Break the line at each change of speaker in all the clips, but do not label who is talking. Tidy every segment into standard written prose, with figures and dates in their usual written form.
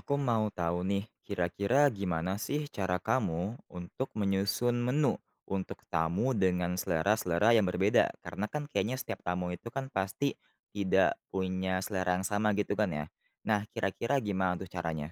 Aku mau tahu nih, kira-kira gimana sih cara kamu untuk menyusun menu untuk tamu dengan selera-selera yang berbeda? Karena kan kayaknya setiap tamu itu kan pasti tidak punya selera yang sama gitu kan ya. Nah, kira-kira gimana tuh caranya?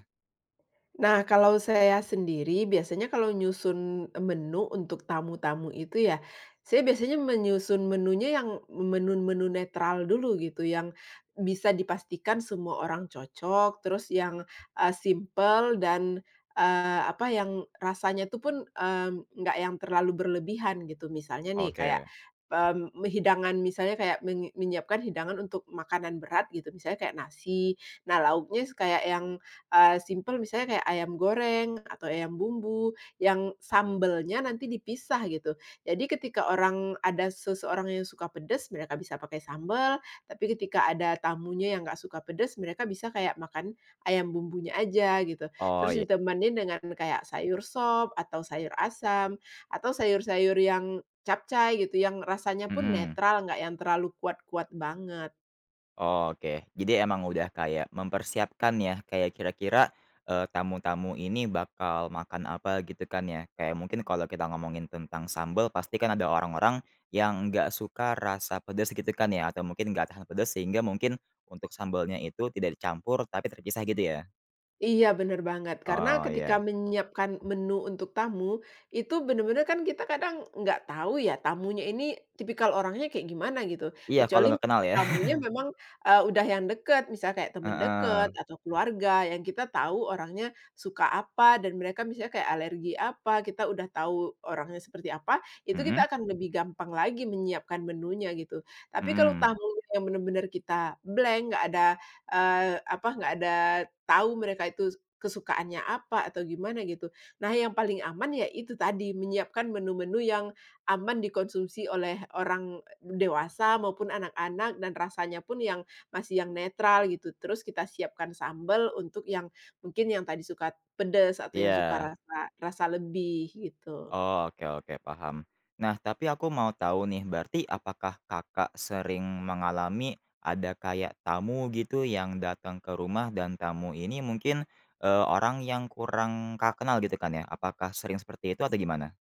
Nah, kalau saya sendiri biasanya kalau nyusun menu untuk tamu-tamu itu ya, saya biasanya menyusun menunya yang menu-menu netral dulu gitu, yang bisa dipastikan semua orang cocok, terus yang, simpel dan, apa, yang rasanya itu pun, nggak yang terlalu berlebihan gitu. Misalnya nih kayak,
Oke.
hidangan misalnya kayak menyiapkan hidangan untuk makanan berat gitu, misalnya kayak nasi. Nah, lauknya kayak yang simpel misalnya kayak ayam goreng atau ayam bumbu yang sambelnya nanti dipisah gitu. Jadi ketika orang ada seseorang yang suka pedes, mereka bisa pakai sambel, tapi ketika ada tamunya yang nggak suka pedes, mereka bisa kayak makan ayam bumbunya aja gitu.
Oh
Terus
iya.
ditemenin dengan kayak sayur sop atau sayur asam atau sayur-sayur yang capcay gitu, yang rasanya pun
Mm-mm.
netral, nggak yang terlalu kuat-kuat banget.
Oke, jadi emang udah kayak mempersiapkan ya, kayak kira-kira, tamu-tamu ini bakal makan apa gitu kan ya. Kayak mungkin kalau kita ngomongin tentang sambal pasti kan ada orang-orang yang nggak suka rasa pedes gitu kan ya, atau mungkin nggak tahan pedes sehingga mungkin untuk sambalnya itu tidak dicampur tapi terpisah gitu ya?
Iya, bener banget. Karena
Oh
ketika
iya.
menyiapkan menu untuk tamu, itu bener-bener kan kita kadang nggak tahu ya, tamunya ini tipikal orangnya kayak gimana gitu.
Iya, kalau
Kecuali
nggak kenal ya?
tamunya memang, udah yang deket, misal kayak temen deket
Heeh.
atau keluarga yang kita tahu orangnya suka apa dan mereka misalnya kayak alergi apa, kita udah tahu orangnya seperti apa, itu kita
Mhm?
akan lebih gampang lagi menyiapkan menunya gitu. Tapi kalau
Mhm.
tamunya yang bener-bener kita blank, nggak ada apa, nggak ada tahu mereka itu kesukaannya apa atau gimana gitu. Nah, yang paling aman ya itu tadi, menyiapkan menu-menu yang aman dikonsumsi oleh orang dewasa maupun anak-anak dan rasanya pun yang masih yang netral gitu. Terus kita siapkan sambel untuk yang mungkin yang tadi suka pedas atau yang suka
Iya.
rasa rasa lebih gitu.
Oh, oke oke, paham. Nah, tapi aku mau tahu nih, berarti apakah Kakak sering mengalami ada kayak tamu gitu yang datang ke rumah dan tamu ini mungkin, orang yang kurang Kakak kenal gitu kan ya? Apakah sering seperti itu atau gimana?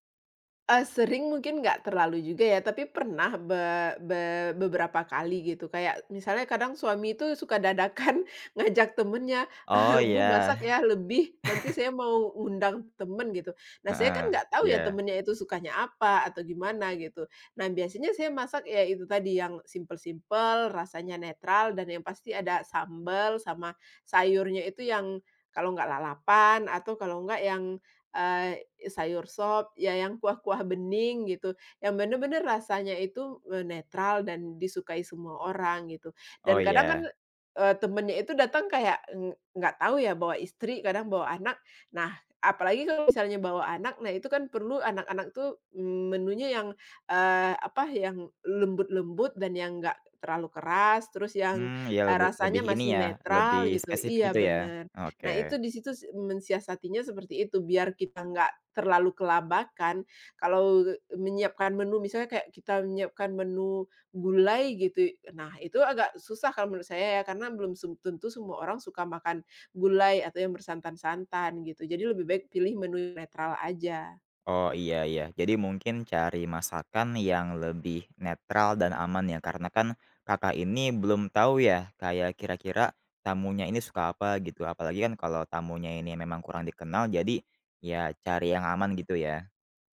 Sering mungkin nggak terlalu juga ya, tapi pernah be be beberapa kali gitu. Kayak misalnya kadang suami itu suka dadakan ngajak temennya,
Oh
"Bu,
iya,
masak ya lebih, nanti saya mau undang temen," gitu. Nah, saya kan
heeh,
nggak tahu ya
iya.
temennya itu sukanya apa atau gimana gitu. Nah, biasanya saya masak ya itu tadi yang simpel-simpel, rasanya netral, dan yang pasti ada sambel sama sayurnya itu yang kalau nggak lalapan atau kalau nggak yang sayur sop, ya yang kuah-kuah bening gitu, yang bener-bener rasanya itu, netral dan disukai semua orang gitu. Dan
Oh
kadang kan,
iya.
temennya itu datang kayak nggak tahu ya bawa istri, kadang bawa anak. Nah, apalagi kalau misalnya bawa anak, nah itu kan perlu anak-anak tuh, menunya yang, apa, yang lembut-lembut dan yang nggak terlalu keras, terus yang,
Hmm, ya lebih
rasanya
lebih ini
masih
ya, lebih
netral gitu.
spesifik
Iya,
gitu ya?
bener.
Oke.
Nah, itu di situ mensiasatinya seperti itu, biar kita nggak terlalu kelabakan. Kalau menyiapkan menu, misalnya kayak kita menyiapkan menu gulai gitu, nah itu agak susah kalau menurut saya ya, karena belum tentu semua orang suka makan gulai atau yang bersantan-santan gitu. Jadi lebih baik pilih menu yang netral aja.
Oh, iya iya. Jadi mungkin cari masakan yang lebih netral dan aman ya, karena kan Kakak ini belum tahu ya, kayak kira-kira tamunya ini suka apa gitu. Apalagi kan kalau tamunya ini memang kurang dikenal, jadi ya cari yang aman gitu ya.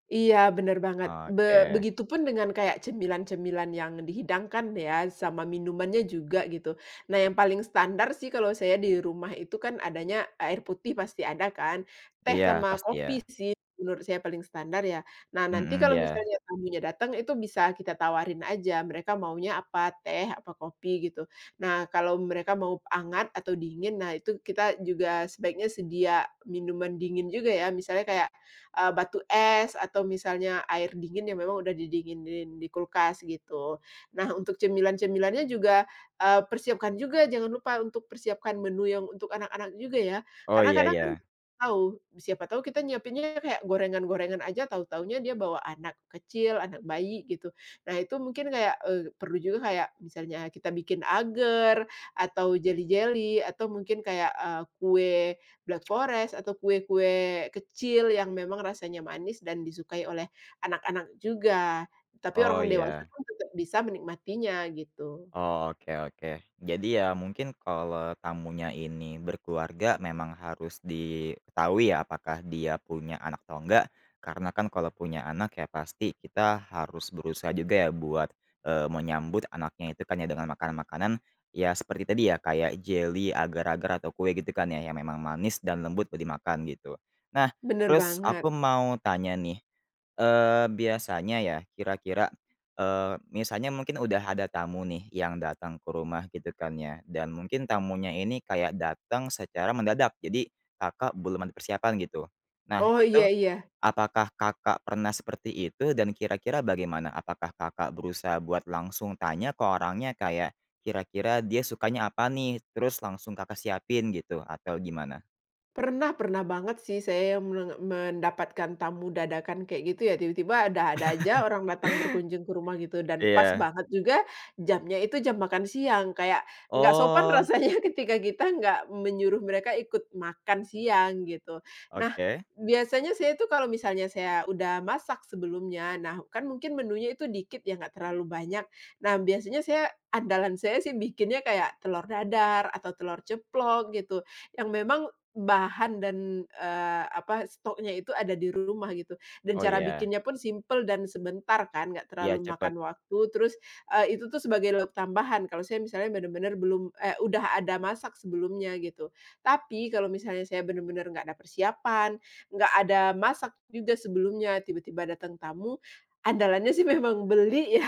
Iya, bener banget. Be
Oke.
begitupun dengan kayak cemilan-cemilan yang dihidangkan ya, sama minumannya juga gitu. Nah, yang paling standar sih kalau saya di rumah itu kan adanya air putih pasti ada kan, teh
Iya,
sama
pasti ya.
kopi sih menurut saya paling standar ya. Nah, nanti
Mhm,
kalau
ya.
misalnya tamunya datang itu bisa kita tawarin aja mereka maunya apa, teh apa kopi gitu. Nah, kalau mereka mau hangat atau dingin, nah itu kita juga sebaiknya sedia minuman dingin juga ya, misalnya kayak batu es atau misalnya air dingin yang memang udah didinginin di kulkas gitu. Nah untuk cemilan-cemilannya juga, persiapkan juga jangan lupa untuk persiapkan menu yang untuk anak-anak juga ya.
Oh,
Karena
iya
kadang kan
iya.
siapa tahu kita nyiapinnya kayak gorengan-gorengan aja tahu-tahunya dia bawa anak kecil, anak bayi gitu. Nah itu mungkin kayak, perlu juga kayak misalnya kita bikin agar atau jelly-jelly atau mungkin kayak, kue Black Forest atau kue-kue kecil yang memang rasanya manis dan disukai oleh anak-anak juga, tapi
Oh,
orang dewasa
iya.
pun tetap bisa menikmatinya gitu.
Oke oke. Jadi ya mungkin kalau tamunya ini berkeluarga memang harus diketahui ya apakah dia punya anak atau enggak. Karena kan kalau punya anak ya pasti kita harus berusaha juga ya buat, menyambut anaknya itu kan ya dengan makanan-makanan ya seperti tadi ya kayak jelly, agar-agar, atau kue gitu kan ya yang memang manis dan lembut buat dimakan gitu. Nah,
Bener
terus
banget.
aku mau tanya nih, biasanya ya kira-kira, misalnya mungkin udah ada tamu nih yang datang ke rumah gitu kan ya, dan mungkin tamunya ini kayak datang secara mendadak, jadi Kakak belum ada persiapan gitu. Nah
Oh,
itu,
iya iya.
apakah Kakak pernah seperti itu dan kira-kira bagaimana? Apakah Kakak berusaha buat langsung tanya ke orangnya kayak, kira-kira dia sukanya apa nih? Terus langsung Kakak siapin gitu atau gimana?
Pernah pernah banget sih saya yang mendapatkan tamu dadakan kayak gitu ya, tiba-tiba ada-ada aja orang datang berkunjung ke rumah gitu dan pas
Iya.
banget juga jamnya itu jam makan siang, kayak nggak sopan
Oh,
rasanya ketika kita nggak menyuruh mereka ikut makan siang gitu. Nah,
oke.
biasanya saya tuh kalau misalnya saya udah masak sebelumnya, nah kan mungkin menunya itu dikit ya, nggak terlalu banyak. Nah, biasanya saya andalan saya sih bikinnya kayak telur dadar atau telur ceplok gitu, yang memang bahan dan, apa, stoknya itu ada di rumah gitu, dan
Oh
cara
iya.
bikinnya pun simple dan sebentar kan, nggak
Iya
terlalu
cepet.
makan waktu, terus, itu tuh sebagai lauk tambahan kalau saya misalnya benar-benar belum eh, udah ada masak sebelumnya gitu. Tapi kalau misalnya saya benar-benar nggak ada persiapan, nggak ada masak juga sebelumnya, tiba-tiba datang tamu, andalannya sih memang beli ya.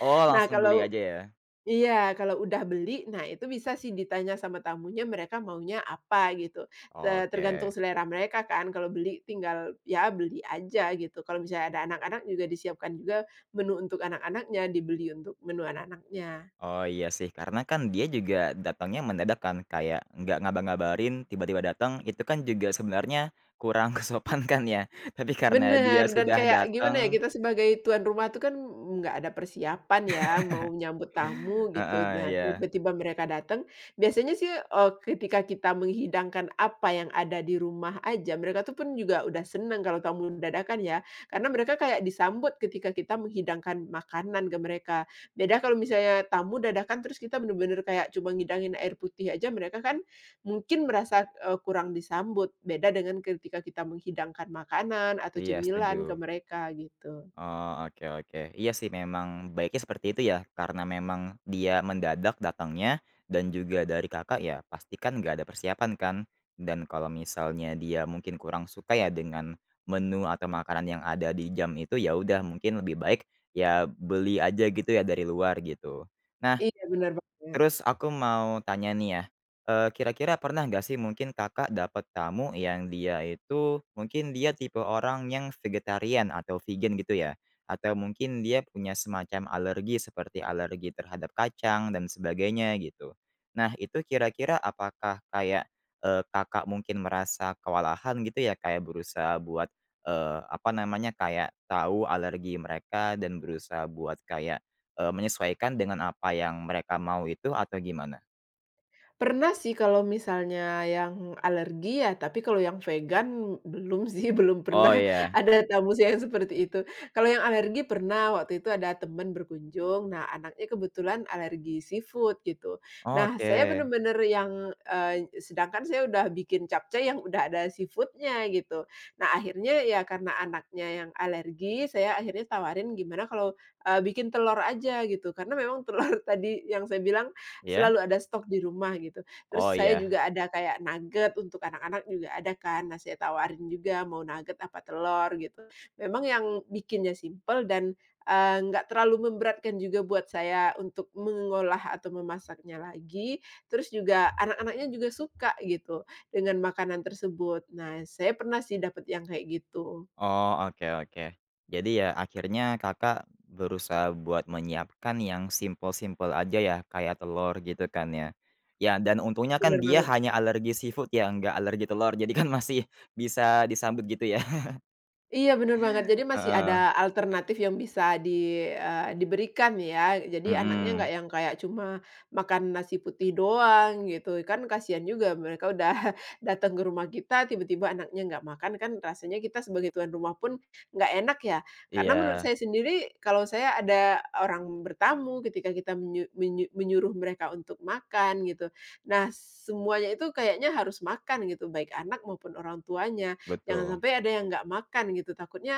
Oh
Nah
langsung beli
kalau
aja ya?
Iya, kalau udah beli, nah itu bisa sih ditanya sama tamunya mereka maunya apa gitu. Te
Oke.
tergantung selera mereka kan, kalau beli tinggal, ya beli aja gitu. Kalau misalnya ada anak-anak juga disiapkan juga menu untuk anak-anaknya, dibeli untuk menu anak-anaknya.
Oh iya sih, karena kan dia juga datangnya mendadak kan, kayak nggak ngaba-ngabarin, tiba-tiba datang, itu kan juga sebenarnya kurang kesopan kan ya. Tapi karena dia
Bener, dan
sudah
kayak
datang,
gimana ya, kita sebagai tuan rumah tuh kan nggak ada persiapan ya, mau nyambut tamu gitu.
heeh,
Nah,
iya.
tiba-tiba mereka datang, biasanya sih, ketika kita menghidangkan apa yang ada di rumah aja, mereka tuh pun juga udah seneng kalau tamu dadakan ya, karena mereka kayak disambut ketika kita menghidangkan makanan ke mereka. Beda kalau misalnya tamu dadakan terus kita bener-bener kayak cuma ngidangin air putih aja, mereka kan mungkin merasa, kurang disambut, beda dengan ketika kita menghidangkan makanan atau
Iya
cemilan ke
setuju.
mereka gitu.
Oh, oke oke. Iya sih memang baiknya seperti itu ya, karena memang dia mendadak datangnya dan juga dari Kakak ya pasti kan nggak ada persiapan kan. Dan kalau misalnya dia mungkin kurang suka ya dengan menu atau makanan yang ada di jam itu, ya udah mungkin lebih baik ya beli aja gitu ya dari luar gitu. Nah,
Iya benar banget.
terus aku mau tanya nih ya, kira-kira pernah nggak sih mungkin Kakak dapat tamu yang dia itu, mungkin dia tipe orang yang vegetarian atau vegan gitu ya? Atau mungkin dia punya semacam alergi seperti alergi terhadap kacang dan sebagainya gitu. Nah itu kira-kira apakah kayak, Kakak mungkin merasa kewalahan gitu ya kayak berusaha buat, apa namanya, kayak tahu alergi mereka dan berusaha buat kayak, menyesuaikan dengan apa yang mereka mau itu atau gimana?
Pernah sih kalau misalnya yang alergi ya, tapi kalau yang vegan belum sih, belum
Oh
pernah
iya.
ada tamu sih yang seperti itu. Kalau yang alergi pernah, waktu itu ada teman berkunjung, nah anaknya kebetulan alergi seafood gitu. Nah saya
Oke,
bener-bener yang, sedangkan saya udah bikin capcay yang udah ada seafoodnya gitu. Nah akhirnya ya karena anaknya yang alergi, saya akhirnya tawarin gimana kalau, bikin telur aja gitu, karena memang telur tadi yang saya bilang
iya?
selalu ada stok di rumah gitu. Terus
Oh
saya
iya.
juga ada kayak nugget untuk anak-anak juga ada kan. Nah, saya tawarin juga mau nugget apa telur gitu. Memang yang bikinnya simple dan, nggak terlalu memberatkan juga buat saya untuk mengolah atau memasaknya lagi. Terus juga anak-anaknya juga suka gitu dengan makanan tersebut. Nah, saya pernah sih dapat yang kayak gitu.
Oh, oke oke. Jadi ya akhirnya Kakak berusaha buat menyiapkan yang simpel-simpel aja ya, kayak telur gitu kan ya. Ya dan untungnya
Bener
kan dia
banget.
hanya alergi seafood ya, nggak alergi telur, jadi kan masih bisa disambut gitu ya?
Iya bener banget, jadi masih
Heeh,
ada alternatif yang bisa diberikan ya. Jadi anaknya nggak
mhm,
yang kayak cuma makan nasi putih doang gitu, kan kasihan juga mereka udah datang ke rumah kita tiba-tiba anaknya nggak makan kan rasanya kita sebagai tuan rumah pun nggak enak ya. Karena menurut
iya,
saya sendiri kalau saya ada orang bertamu ketika kita menyu menyu menyuruh mereka untuk makan gitu, nah semuanya itu kayaknya harus makan gitu, baik anak maupun orang tuanya. Jangan
betul.
sampai ada yang nggak makan gitu, takutnya,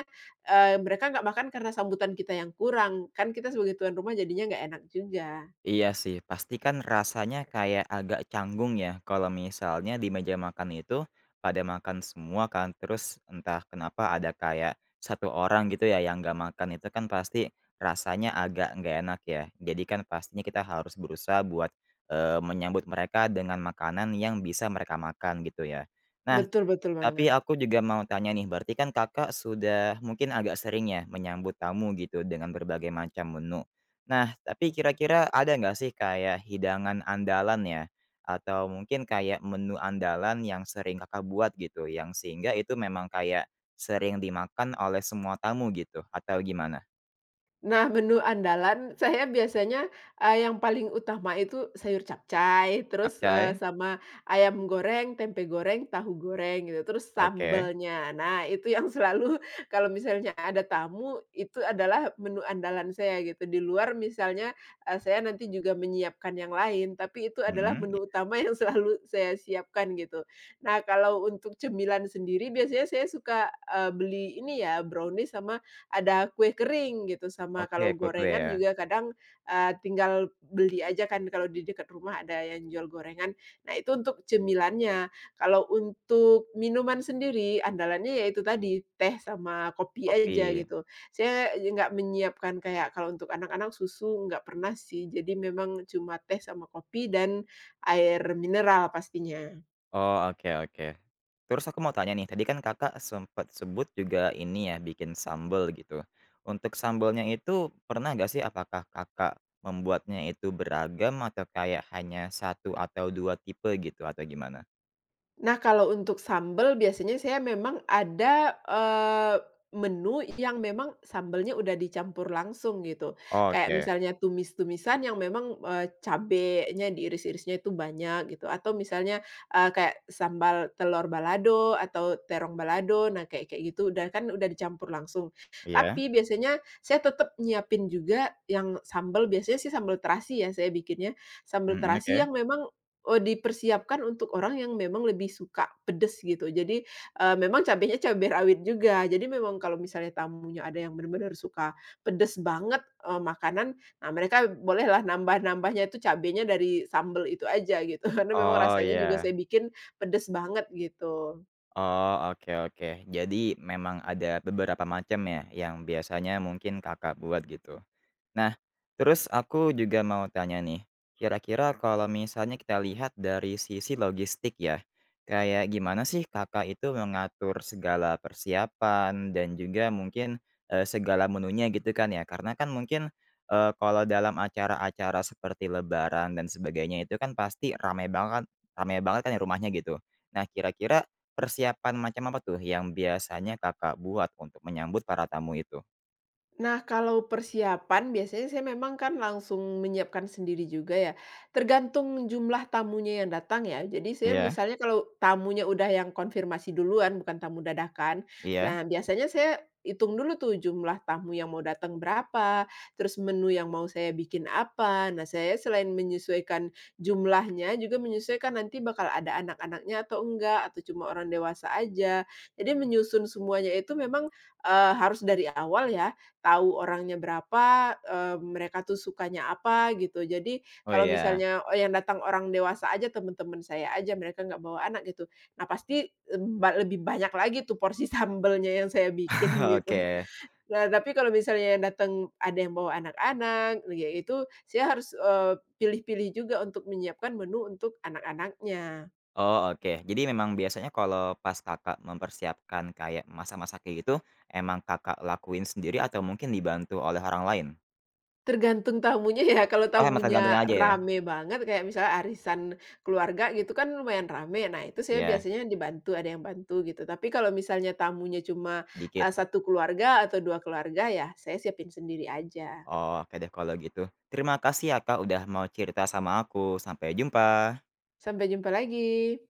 mereka nggak makan karena sambutan kita yang kurang, kan kita sebagai tuan rumah jadinya nggak enak juga.
Iya sih, pasti kan rasanya kayak agak canggung ya kalau misalnya di meja makan itu pada makan semua kan, terus entah kenapa ada kayak satu orang gitu ya yang nggak makan itu kan pasti rasanya agak nggak enak ya. Jadi kan pastinya kita harus berusaha buat eh, menyambut mereka dengan makanan yang bisa mereka makan gitu ya. Nah,
Betul betul
tapi
banget.
aku juga mau tanya nih, berarti kan Kakak sudah mungkin agak sering ya menyambut tamu gitu dengan berbagai macam menu. Nah, tapi kira-kira ada nggak sih kayak hidangan andalan ya? Atau mungkin kayak menu andalan yang sering Kakak buat gitu, yang sehingga itu memang kayak sering dimakan oleh semua tamu gitu, atau gimana?
Nah, menu andalan saya biasanya, yang paling utama itu sayur capcay, terus,
Capcay?
sama ayam goreng, tempe goreng, tahu goreng gitu, terus
Oke.
sambelnya. Nah, itu yang selalu kalau misalnya ada tamu, itu adalah menu andalan saya gitu. Di luar misalnya, saya nanti juga menyiapkan yang lain, tapi itu adalah
Mhm,
menu utama yang selalu saya siapkan gitu. Nah, kalau untuk cemilan sendiri biasanya saya suka, beli ini ya, brownies sama ada kue kering gitu, sama
oke,
kalau
kue-kue
gorengan
ya,
juga kadang, tinggal beli aja kan kalau di dekat rumah ada yang jual gorengan. Nah itu untuk cemilannya. Kalau untuk minuman sendiri andalannya ya itu tadi, teh sama kopi aja
kopi.
gitu. Saya nggak menyiapkan kayak kalau untuk anak-anak susu nggak pernah sih, jadi memang cuma teh sama kopi dan air mineral pastinya.
Oh, oke oke. Terus aku mau tanya nih, tadi kan Kakak sempat sebut juga ini ya, bikin sambel gitu. Untuk sambelnya itu pernah nggak sih apakah Kakak membuatnya itu beragam atau kayak hanya satu atau 2 tipe gitu atau gimana?
Nah, kalau untuk sambel biasanya saya memang ada, menu yang memang sambelnya udah dicampur langsung gitu.
Oh,
Kayak
oke,
misalnya tumis-tumisan yang memang, cabenya diiris-irisnya itu banyak gitu, atau misalnya, kayak sambal telur balado atau terong balado, nah kayak kayak gitu udah kan udah dicampur langsung.
iya,
Tapi biasanya saya tetap nyiapin juga yang sambel, biasanya sih sambel terasi ya saya bikinnya, sambel
mhm,
terasi
oke.
yang memang oh, dipersiapkan untuk orang yang memang lebih suka pedes gitu. Jadi, memang cabenya cabe rawit juga. Jadi memang kalau misalnya tamunya ada yang bener-bener suka pedes banget, makanan, nah mereka bolehlah nambah-nambahnya itu cabenya dari sambel itu aja gitu, karena memang
Oh
rasanya juga
iya,
saya bikin pedes banget gitu.
oh oke oke. Jadi memang ada beberapa macam ya yang biasanya mungkin Kakak buat gitu? Nah, terus aku juga mau tanya nih, kira-kira kalau misalnya kita lihat dari sisi logistik ya, kayak gimana sih Kakak itu mengatur segala persiapan dan juga mungkin, segala menunya gitu kan ya? Karena kan mungkin, kalau dalam acara-acara seperti lebaran dan sebagainya itu kan pasti ramai banget kan ya rumahnya gitu. Nah, kira-kira persiapan macam apa tuh yang biasanya Kakak buat untuk menyambut para tamu itu?
Nah, kalau persiapan biasanya saya memang kan langsung menyiapkan sendiri juga ya, tergantung jumlah tamunya yang datang ya. Jadi saya
Iya,
misalnya kalau tamunya udah yang konfirmasi duluan, bukan tamu dadakan,
iya?
nah biasanya saya hitung dulu tuh jumlah tamu yang mau datang berapa, terus menu yang mau saya bikin apa. Nah, saya selain menyesuaikan jumlahnya, juga menyesuaikan nanti bakal ada anak-anaknya atau enggak, atau cuma orang dewasa aja. Jadi menyusun semuanya itu memang harus dari awal ya, tahu orangnya berapa, mereka tuh sukanya apa gitu. Jadi
Oh,
kalau
iya.
misalnya, oh yang datang orang dewasa aja, teman-teman saya aja, mereka nggak bawa anak gitu. Nah pasti, eee, ba lebih banyak lagi tuh porsi sambelnya yang saya bikin gitu.
Oke.
Nah tapi kalau misalnya yang datang ada yang bawa anak-anak, ya itu saya harus, pilih-pilih juga untuk menyiapkan menu untuk anak-anaknya.
Oh, oke. Jadi memang biasanya kalau pas Kakak mempersiapkan kayak masa-masa kayak gitu, emang Kakak lakuin sendiri atau mungkin dibantu oleh orang lain?
Tergantung tamunya ya, kalau
Oh, emang
tamunya
tergantung aja ya?
rame banget kayak misalnya arisan keluarga gitu kan lumayan rame, nah itu saya
Iya,
biasanya dibantu, ada yang bantu gitu. Tapi kalau misalnya tamunya cuma,
dikit.
1 keluarga atau 2 keluarga ya saya siapin sendiri aja.
Oh, oke deh kalau gitu. Terima kasih ya Kak, udah mau cerita sama aku. Sampai jumpa.
Sampai jumpa lagi.